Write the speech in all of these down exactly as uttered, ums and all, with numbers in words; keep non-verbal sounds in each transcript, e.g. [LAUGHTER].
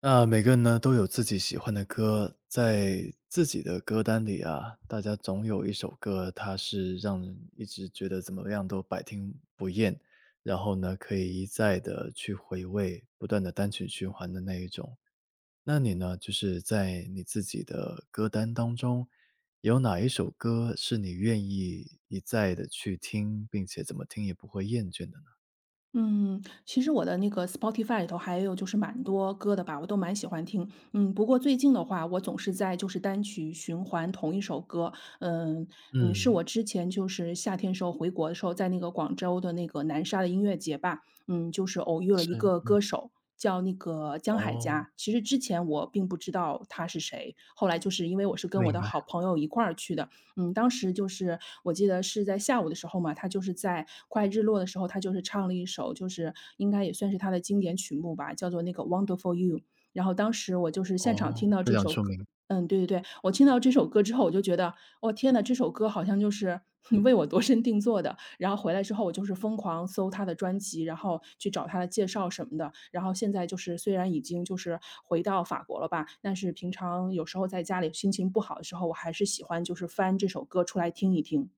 那每个人呢都有自己喜欢的歌，在自己的歌单里啊，大家总有一首歌，它是让人一直觉得怎么样都百听不厌，然后呢可以一再的去回味，不断的单曲循环的那一种。那你呢，就是在你自己的歌单当中，有哪一首歌是你愿意一再的去听，并且怎么听也不会厌倦的呢？嗯，其实我的那个 Spotify 里头还有就是蛮多歌的吧，我都蛮喜欢听。嗯，不过最近的话，我总是在就是单曲循环同一首歌。嗯嗯，是嗯，我之前就是夏天时候回国的时候，在那个广州的那个南沙的音乐节吧，嗯，就是偶遇了是，一个嗯，歌手。叫那个江海哦，佳，其实之前我并不知道他是谁，后来就是因为我是跟我明的好白，朋友一块儿去的，嗯，当时就是我记得是在下午的时候嘛，他就是在快日落的时候，他就是唱了一首，就是应该也算是他的经典曲目吧，叫做那个《Wonderful You》。然后当时我就是现场哦。听到非这常首出歌名。嗯，对对对，我听到这首歌之后，我就觉得，我天呐，这首歌好像就是 [LAUGHS] 哼为我度身定做的。然后回来之后，我就是疯狂搜他的专辑，然后去找他的介绍什么的。然后现在就是虽然已经就是回到法国了吧，但是平常有时候在家里心情不好的时候，我还是喜欢就是翻这首歌出来听一听。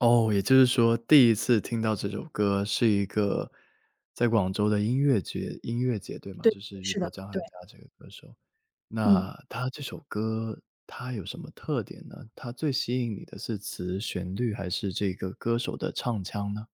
哦，也就是说，第一次听到这首歌是一个在广州的音乐节音乐节，对吗？对，就是遇是到的，张海对，嘉这个歌手，那嗯。他这首歌他有什么特点呢？他最吸引你的是词、旋律，还是这个歌手的唱腔呢？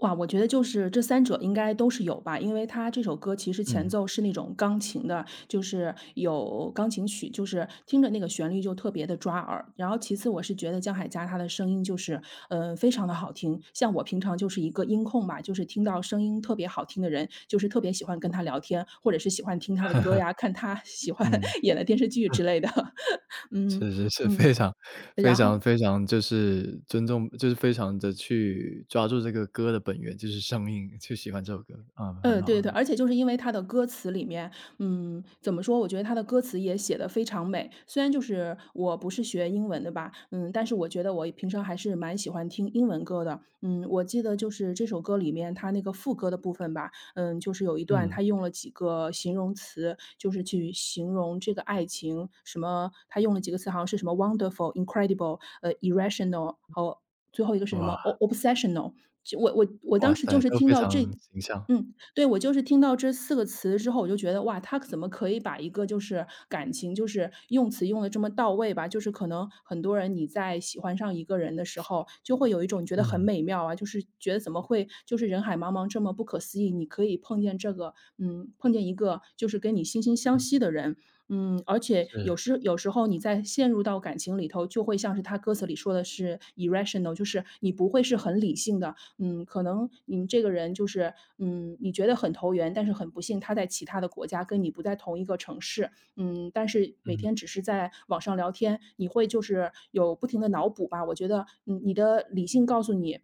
哇，我觉得就是这三者应该都是有吧。因为他这首歌其实前嗯，奏是那种钢琴的，就是有钢琴曲，就是听着那个旋律就特别的抓耳。然后其次我是觉得江海佳他的声音就是，呃，非常的好听。像我平常就是一个音控吧，就是听到声音特别好听的人，就是特别喜欢跟他聊天，或者是喜欢听他的歌呀，看他喜欢 嗯，[LAUGHS] 演的电视剧之类的。[LAUGHS] 嗯，是是是，嗯，非常非然常后非常就是尊重就是非常的去抓住这个歌的本源，就是声音，就喜欢这首歌，啊，很嗯，好对对很对，而好。且就是因为他的歌词里面，嗯，怎么说，我觉得他的歌词也写的非常美。虽然就是我不是学英文的吧，嗯，但是我觉得我平常还是蛮喜欢听英文歌的。嗯，我记得就是这首歌里面它那个副歌的部分吧，嗯，就是有一段嗯，他用了几个形容词，就是去形容这个爱情，什么他用了几个词，好像是什么 wonderful、incredible、呃、irrational，还有最后一个是什么 哇。o- obsessional。就我我我当哇时塞，就是都听非到这，常形象。嗯，对，我就是听到这四个词之后，我就觉得，哇，他怎么可以把一个就是感情，就是用词用的这么到位吧？就是可能很多人你在喜欢上一个人的时候，就会有一种觉得很嗯，美妙啊，就是觉得怎么会就是人海茫茫这么不可思议，你可以碰见这个嗯，碰见一个就是跟你惺惺相嗯，惜的人。嗯，而且有是，时有时候你在陷入到感情里头，就会像是他歌词里说的是 irrational，就是你不会是很理性的，嗯，可能你这个人就是，嗯，你觉得很投缘，但是很不幸他在其他的国家跟你不在同一个城市，嗯，但是每嗯，天只是在网上聊天，你会就是有不停的脑补吧。我觉得，嗯，你的理性告诉你，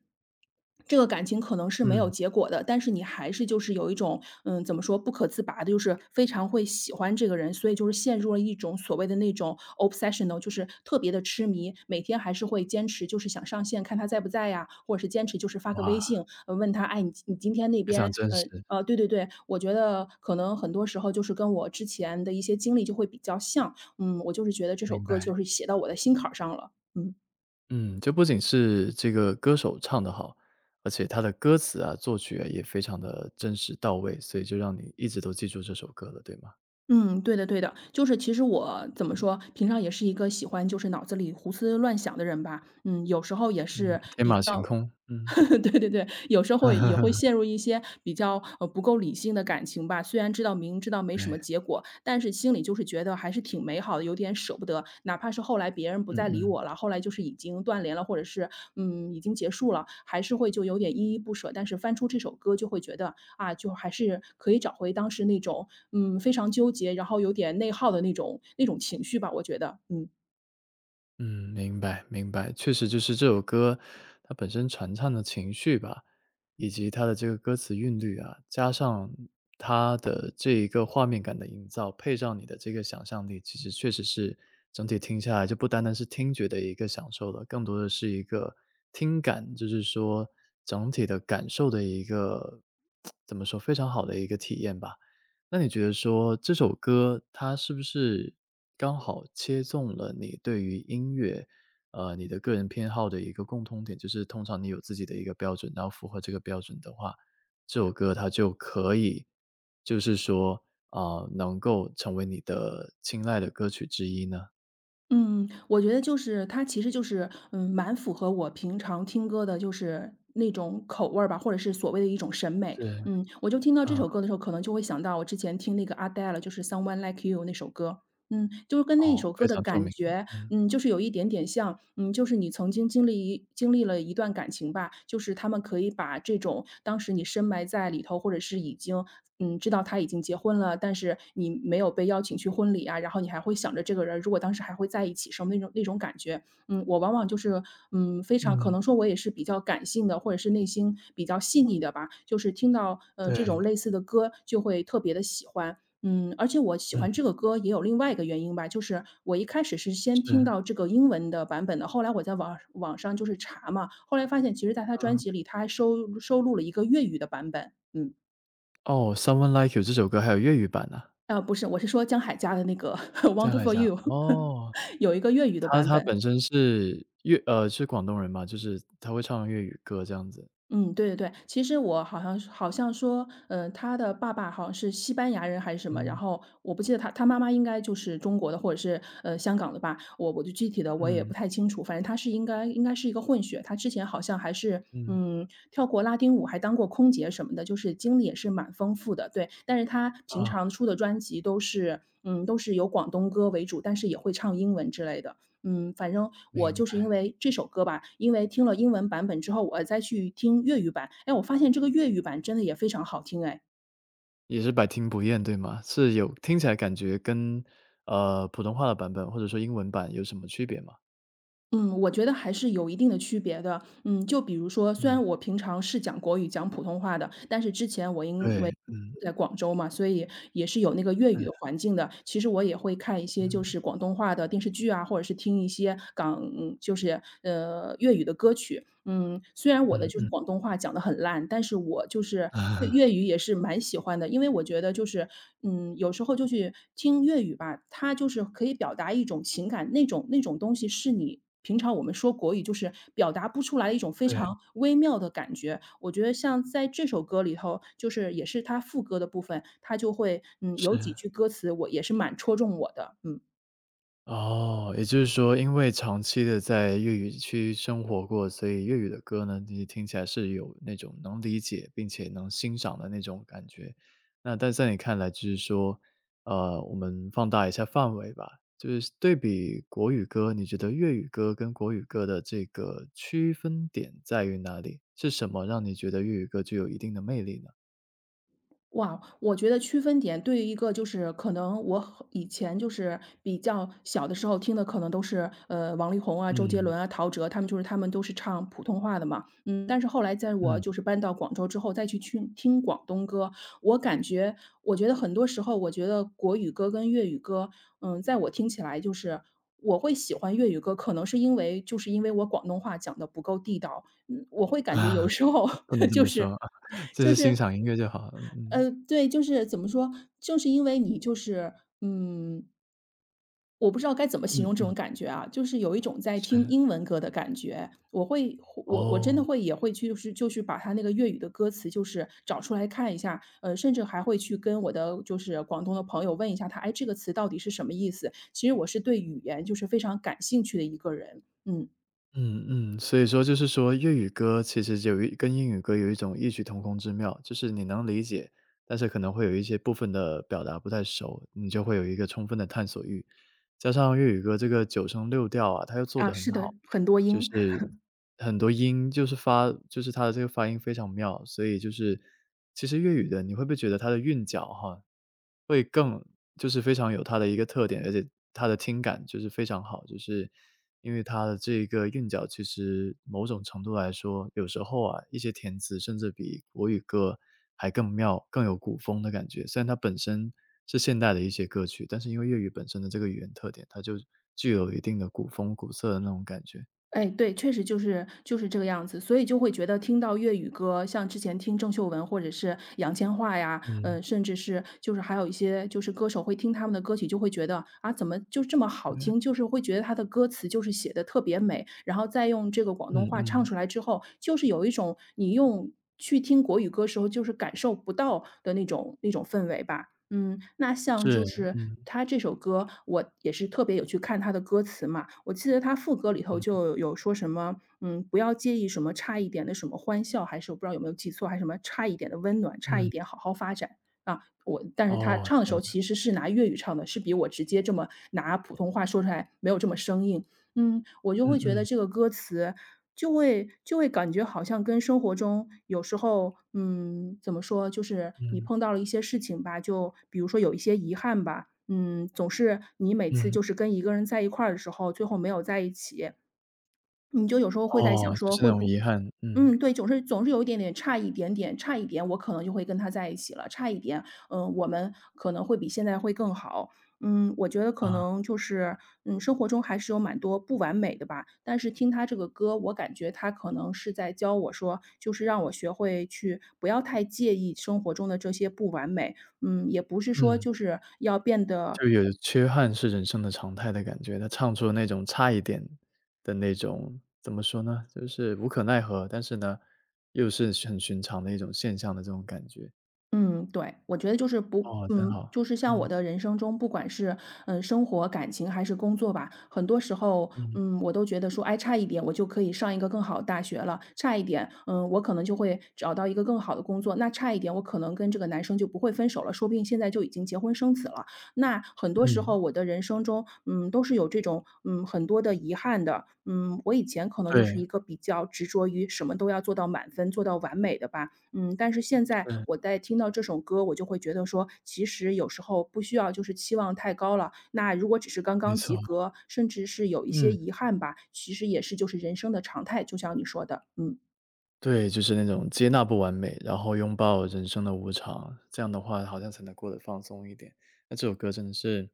这个感情可能是没嗯，有结果的，但是你还是就是有一种，嗯，怎么说，不可自拔的，就是非常会喜欢这个人，所以就是陷入了一种所谓的那种 obsessional，就是特别的痴迷，每天还是会坚持，就是想上线看他在不在呀，或者是坚持就是发个微哇，信，呃，问他，哎，你你今天那非常边，真呃实，呃，对对对，我觉得可能很多时候就是跟我之前的一些经历就会比较像，嗯，我就是觉得这首明歌白。就是写到我的心坎儿上了，嗯。嗯，就不仅是这个歌手唱的好，而且他的歌词啊、作曲啊也非常的真实到位，所以就让你一直都记住这首歌了，对吗？嗯，对的对的，就是其实我怎么说，平常也是一个喜欢就是脑子里胡思乱想的人吧。嗯，有时候也嗯，是 天马行空，嗯。[LAUGHS] 对对对，有时候会也会 [LAUGHS] 陷入一些比较，呃，不够理性的感情吧。虽然知道明知道没什对，么结果，但是心里就是觉得还是挺美好的，有点舍不得。哪怕是后来别人不嗯再理嗯。我了，后来就是已经断联了，或者是，嗯，已经结束了，还是会就有点依依不舍。但是翻出这首歌就会觉得，啊，就还是可以找回当时那种，嗯，非常纠结，然后有点内耗的那种那种情绪吧，我觉得，嗯。嗯，明白明白，确实就是这首歌，它本身传唱的情绪吧，以及它的这个歌词韵律啊，加上它的这一个画面感的营造，配上你的这个想象力，其实确实是整体听下来就不单单是听觉的一个享受了，更多的是一个听感，就是说整体的感受的一个 [TSK]，怎么说，非常好的一个体验吧。那你觉得说这首歌它是不是刚好切中了你对于音乐，呃，你的个人偏好的一个共通点，就是通常你有自己的一个标准，然后符合这个标准的话，这首歌它就可以就是说，啊，呃能够成为你的青睐的歌曲之一呢？嗯，我觉得就是它其实就是，嗯，蛮符合我平常听歌的，就是那种口味儿吧，或者是所谓的一种审美。是，嗯，我就听到这啊，首歌的时候，可能就会想到我之前听那个 Adele，就是《Someone Like You》那首歌。嗯，就是跟那哦，首非歌的常出感名，觉嗯。嗯，就是有一点点像，嗯，就是你曾经经历一经历了一段感情吧，就是他们可以把这种当时你深埋在里头，或者是已经，嗯，知道他已经结婚了，但是你没有被邀请去婚礼啊，然后你还会想着这个人如果当时还会在一起什么那种那种感觉。嗯，我往往就是，嗯，非常可嗯，能说我也是比较感性的，或者是内心比较细腻的吧，就是听到呃这对，种类似的歌就会特别的喜欢。嗯，而且我喜嗯，欢这个歌也有另外一个原因吧，就是我一开始是先听是，到这个英文的版本的，后来我在网网上就是查嘛，后来发现其实在他专啊，辑里，他还收收录了一个粤语的版本。嗯，哦，Someone Like You 这首歌还有粤语版呢，啊，不是，我是说江海家的那个 [LAUGHS] 在海《Wonderful 峡。You <laughs>》，哦。有一个粤语的他版他本。本身是粤呃，是广东人嘛，就是他会唱粤语歌这样子。嗯，对对对，其实我好像是好像说，呃，他的爸爸好像是西班牙人还是什么，然嗯，后我不记得他他妈妈应该就是中国的或者是呃香港的吧，我我就具体的我也嗯，不太清楚，反正他是应该应该是一个混血，他之前好像还是嗯，嗯跳过拉丁舞，还当过空姐什么的，就是经历也是蛮丰富的，对，但是他平常啊，出的专辑都是嗯都是由广东歌为主，但是也会唱英文之类的，嗯，反正我明就是因白，为这首歌吧，因为听了英文版本之后，我再去听粤语版，哎，我发现这个粤语版真的也非常好听哎。也是百听不厌，对吗？是有听起来感觉跟，呃，普通话的版本或者说英文版有什么区别吗？嗯，我觉得还是有一定的区别的。嗯，就比如说，虽嗯，然我平常是讲国语、讲普通话的，但是之前我因为对，嗯，在广州嘛，所以也是有那个粤语是，的环境的。其实我也会看一些嗯，就是广东话的电视剧啊，或者是听一些港嗯就是呃粤语的歌曲。嗯，虽然我的嗯就是嗯，广东话讲的很烂，但是我就是 [LAUGHS] 对啊，粤语也是蛮喜欢的。因为我觉得就是，嗯，有时候就去听粤语吧，它就是可以表达一种情感，那种那种东西是你平常我们说国语就是表达不出来一种非对，常微妙的感觉。我觉得像在这首歌里头，就是也是它副歌的部分，它就会，嗯，有几是。句歌词我也是蛮戳中我的，嗯。哦，也就是说，因为长期的在粤语区生活过，所以粤语的歌呢，你听起来是有那种能理解，并且能欣赏的那种感觉。那但在你看来就是说，呃，我们放大一下范围吧，就是对比国语歌，你觉得粤语歌跟国语歌的这个区分点在于哪里？是什么让你觉得粤语歌具有一定的魅力呢？哇，我觉得区分点对于一个就是可能我很以前就是比较小的时候听的可能都是，呃，王力宏啊、周杰嗯，伦啊、陶喆，他们就是他们都是唱普通话的嘛。嗯，但是后来在我嗯。就是搬到广州之后，再去去听广东歌，我感觉我觉得很多时候，我觉得国语歌跟粤语歌，嗯，在我听起来就是我会喜欢粤语歌，可能是因为就是因为我广东话讲的不够地道，嗯，我会 [LAUGHS] 感觉有啊，时候 不能 [LAUGHS] 这就么说，是 [LAUGHS] 就是欣赏音乐就好了，嗯嗯。呃，对，就是怎么说，就是因为你就是，嗯，我不知道该怎么形嗯容这嗯，种感觉啊，就是有一种在听是。英文歌的感觉。我会，我我真的哦，会也会去，就是就是把它那个粤语的歌词，就是找出来看一下，呃，甚至还会去跟我的就是广东的朋友问一下他，哎，这个词到底是什么意思？其实我是对语言就是非常感兴趣的一个人，嗯，嗯嗯，所以说就是说粤语歌其实有一跟英语歌有一种异曲同工之妙，就是你能理解，但是可能会有一些部分的表达不太熟，你就会有一个充分的探索欲。加上粤语歌这个九声六调啊，它又做啊，得很是的，好，很多就音。是很多音就是发就是它的这个发音非常妙，所以就是其实粤语的你会不会觉得它的韵脚哈，会更就是非常有它的一个特点，而且它的听感就是非常好，就是因为它的这个韵脚，其实某种程度来说，有时候啊，一些填词甚至比国语歌还更妙，更有古风的感觉。虽然它本身是现代的一些歌曲，但是因为粤语本身的这个语言特点，它就具有一定的古风古色的那种感觉。哎，对，确实就是就是这个样子，所以就会觉得听到粤语歌，像之前听郑秀文或者是杨千嬅呀，嗯，呃，甚至是就是还有一些就是歌手会听他们的歌曲，就会觉得啊，怎么就这么好对，听？就是会觉得他的歌词就是写的特别美，然后再用这个广东嗯话唱嗯，出来之后，就是有一种你用去听国语歌时候就是感受不到的那种那种氛围吧。嗯，那像就是，是嗯他这首歌，我也是特别有去看他的歌词嘛。我记得他副歌里头嗯就有说什么，嗯，不要介意什么差一点的什么欢笑，还是我不知道有没有记错，还是什么差一点的温暖，差一嗯，点好好发展啊。我但是他哦，唱的天时候呐，其实是拿粤语唱的，是比我直接这么拿普通话说出来没有这么生硬。嗯，我就嗯会觉得嗯这个歌词就会就会感觉好像跟生活中有时候，嗯，怎么说，就是你嗯碰到了一些事情吧，就比如说有一些遗憾吧，嗯，总是你每次嗯。就是跟一个人在一块儿的时候，最后没有在一起，你就有时候会在想哦，就说是那会种不遗憾，嗯，嗯，对，总是总是有一点点差一点点差一点，我可能就会跟他在一起了，差一点，嗯，我们可能会比现在会更好。嗯，我觉得可啊，能就是，嗯，生活中还是有蛮多不完美的吧。但是听他这个歌，我感觉他可能是在教我说，就是让我学会去不要太介意生活中的这些不完美。嗯，也不是说嗯，就是要变得就有缺憾是人生的常态的感觉。他唱出了那种差一点的那种，怎么说呢，就是无可奈何，但是呢，又是很寻常的一种现象的这种感觉。嗯，对，我觉得就是不，哦，真嗯，好，就是像我嗯，的人生中，不管是嗯生活、感情还是工作吧，很多时候，嗯，嗯，我都觉得说，哎，差一点我就可以上一个更好的大学了，差一点，嗯，我可能就会找到一个更好的工作，那差一点我可能跟这个男生就不会分手了，说不定现在就已经结婚生子了。那很多时嗯，候我的人生中，嗯，都是有这种，嗯，很多的遗憾的，嗯，我以前可能就是对，一个比较执着于什么都要做到满分、做到完美的吧，嗯，但是现在对，我在听到这首歌，我就会觉得说，其实有时候不需要就是期望太高了。那如果只是刚没刚错，及格，甚至是有一些嗯。遗憾吧，其实也是就是人生的常态，就像你说的，嗯对，就是那种接纳不完美，然后拥抱人生的无常，这样的话好像才能过得放松一点。那这首歌真的是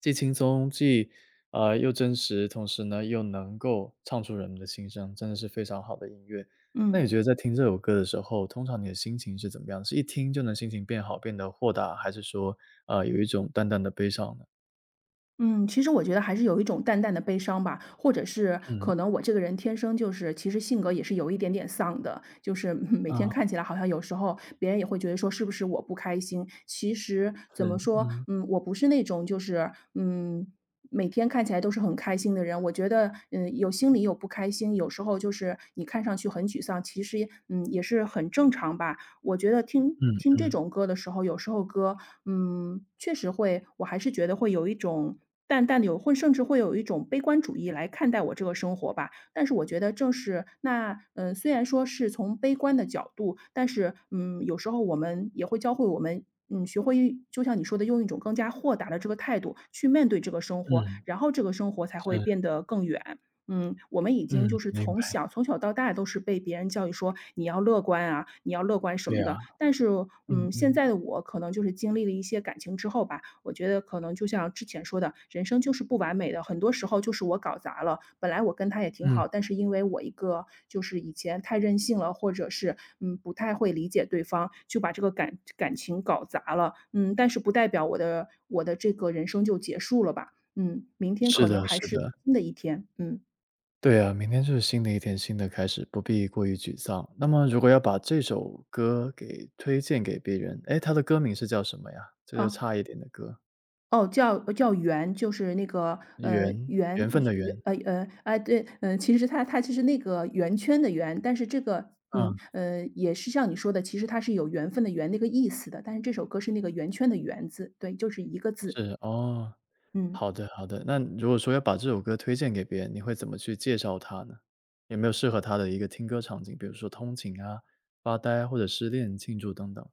既轻松，既呃，又真实，同时呢，又能够唱出人们的心声，真的是非常好的音乐。那你嗯。觉得在听这首歌的时候，通常你的心情是怎么样？是一听就能心情变好，变得豁达，还是说，呃，有一种淡淡的悲伤呢？嗯，其实我觉得还是有一种淡淡的悲伤吧，或者是嗯，可能我这个人天生就是，其实性格也是有一点点丧的，就是 [LAUGHS] 嗯每天啊，看起来好像有时候别人也会觉得说是不是我不开心，其实怎么是，说，嗯，嗯，我不是那种就是嗯。每天看起来都是很开心的人，我觉得，嗯，有心里有不开心，有时候就是你看上去很沮丧，其实也嗯，也是很正常吧。我觉得听嗯听这嗯种歌的时候，有时候歌，嗯，确实会我还是觉得会有一种淡淡的有会甚至会有一种悲观主义来看待我这个生活吧。但是我觉得正是那，嗯，虽然说是从悲观的角度，但是，嗯，有时候我们也会教会我们，嗯，学会一就像你说的，用一种更加豁达的这个态度去面对这个生活，嗯，然后这个生活才会是，变得更远。嗯，我们已嗯，经就是明白，从小从小到大都是被别人教育说你要乐观啊，你要乐观什对么啊，的。但是，嗯嗯，现嗯，在的我可能就是经历了一些感情之后吧，我觉得可能就像之前说的，人生就是不完美的，很多时候就是我搞砸了。本来我跟他也挺嗯。好，但是因为我一个就是以前太任性了，或者是嗯不太会理解对方，就把这个感感情搞砸了。嗯，但是不代表我的我的这个人生就结束了吧。嗯，明天是可能的还是是的，新的一天。嗯。对啊，明天就是新的一天，新的开始，不必过于沮丧。那么如果要把这首歌给推荐给别人，哎，它的歌名是叫什么呀？这就啊差一点的歌，哦，叫叫圆，就是那个，呃，缘圆缘分一的圆缘，呃，呃，啊，对，呃，其实它它其实那个圆圈的圆，但是这个，嗯，啊，呃，也是像你说的，其实它是有缘分的缘那个意思的，但是这首歌是那个圆圈的圆字，对，就是一个字，是，哦，嗯。好的好的。那如果说要把这首歌推荐给别人，你会怎么去介绍它呢？有没有适合他的一个听歌场景，比如说通勤啊、发呆啊或者失恋庆祝等等？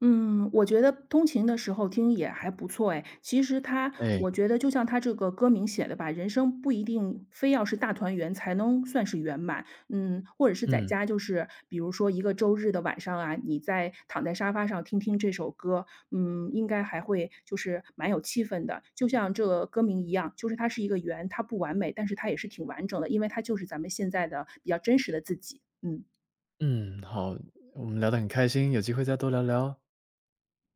嗯，我觉得通勤的时候听也还不错哎。其实它哎，我觉得就像它这个歌名写的吧，人生不一定非要是大团圆才能算是圆满。嗯，或者是在嗯，家，就是比如说一个周日的晚上啊，你在躺在沙发上听听这首歌，嗯，应该还会就是蛮有气氛的。就像这个歌名一样，就是它是一个圆，它不完美，但是它也是挺完整的，因为它就是咱们现在的比较真实的自己。嗯。嗯，好，我们聊得很开心，有机会再多聊聊哦。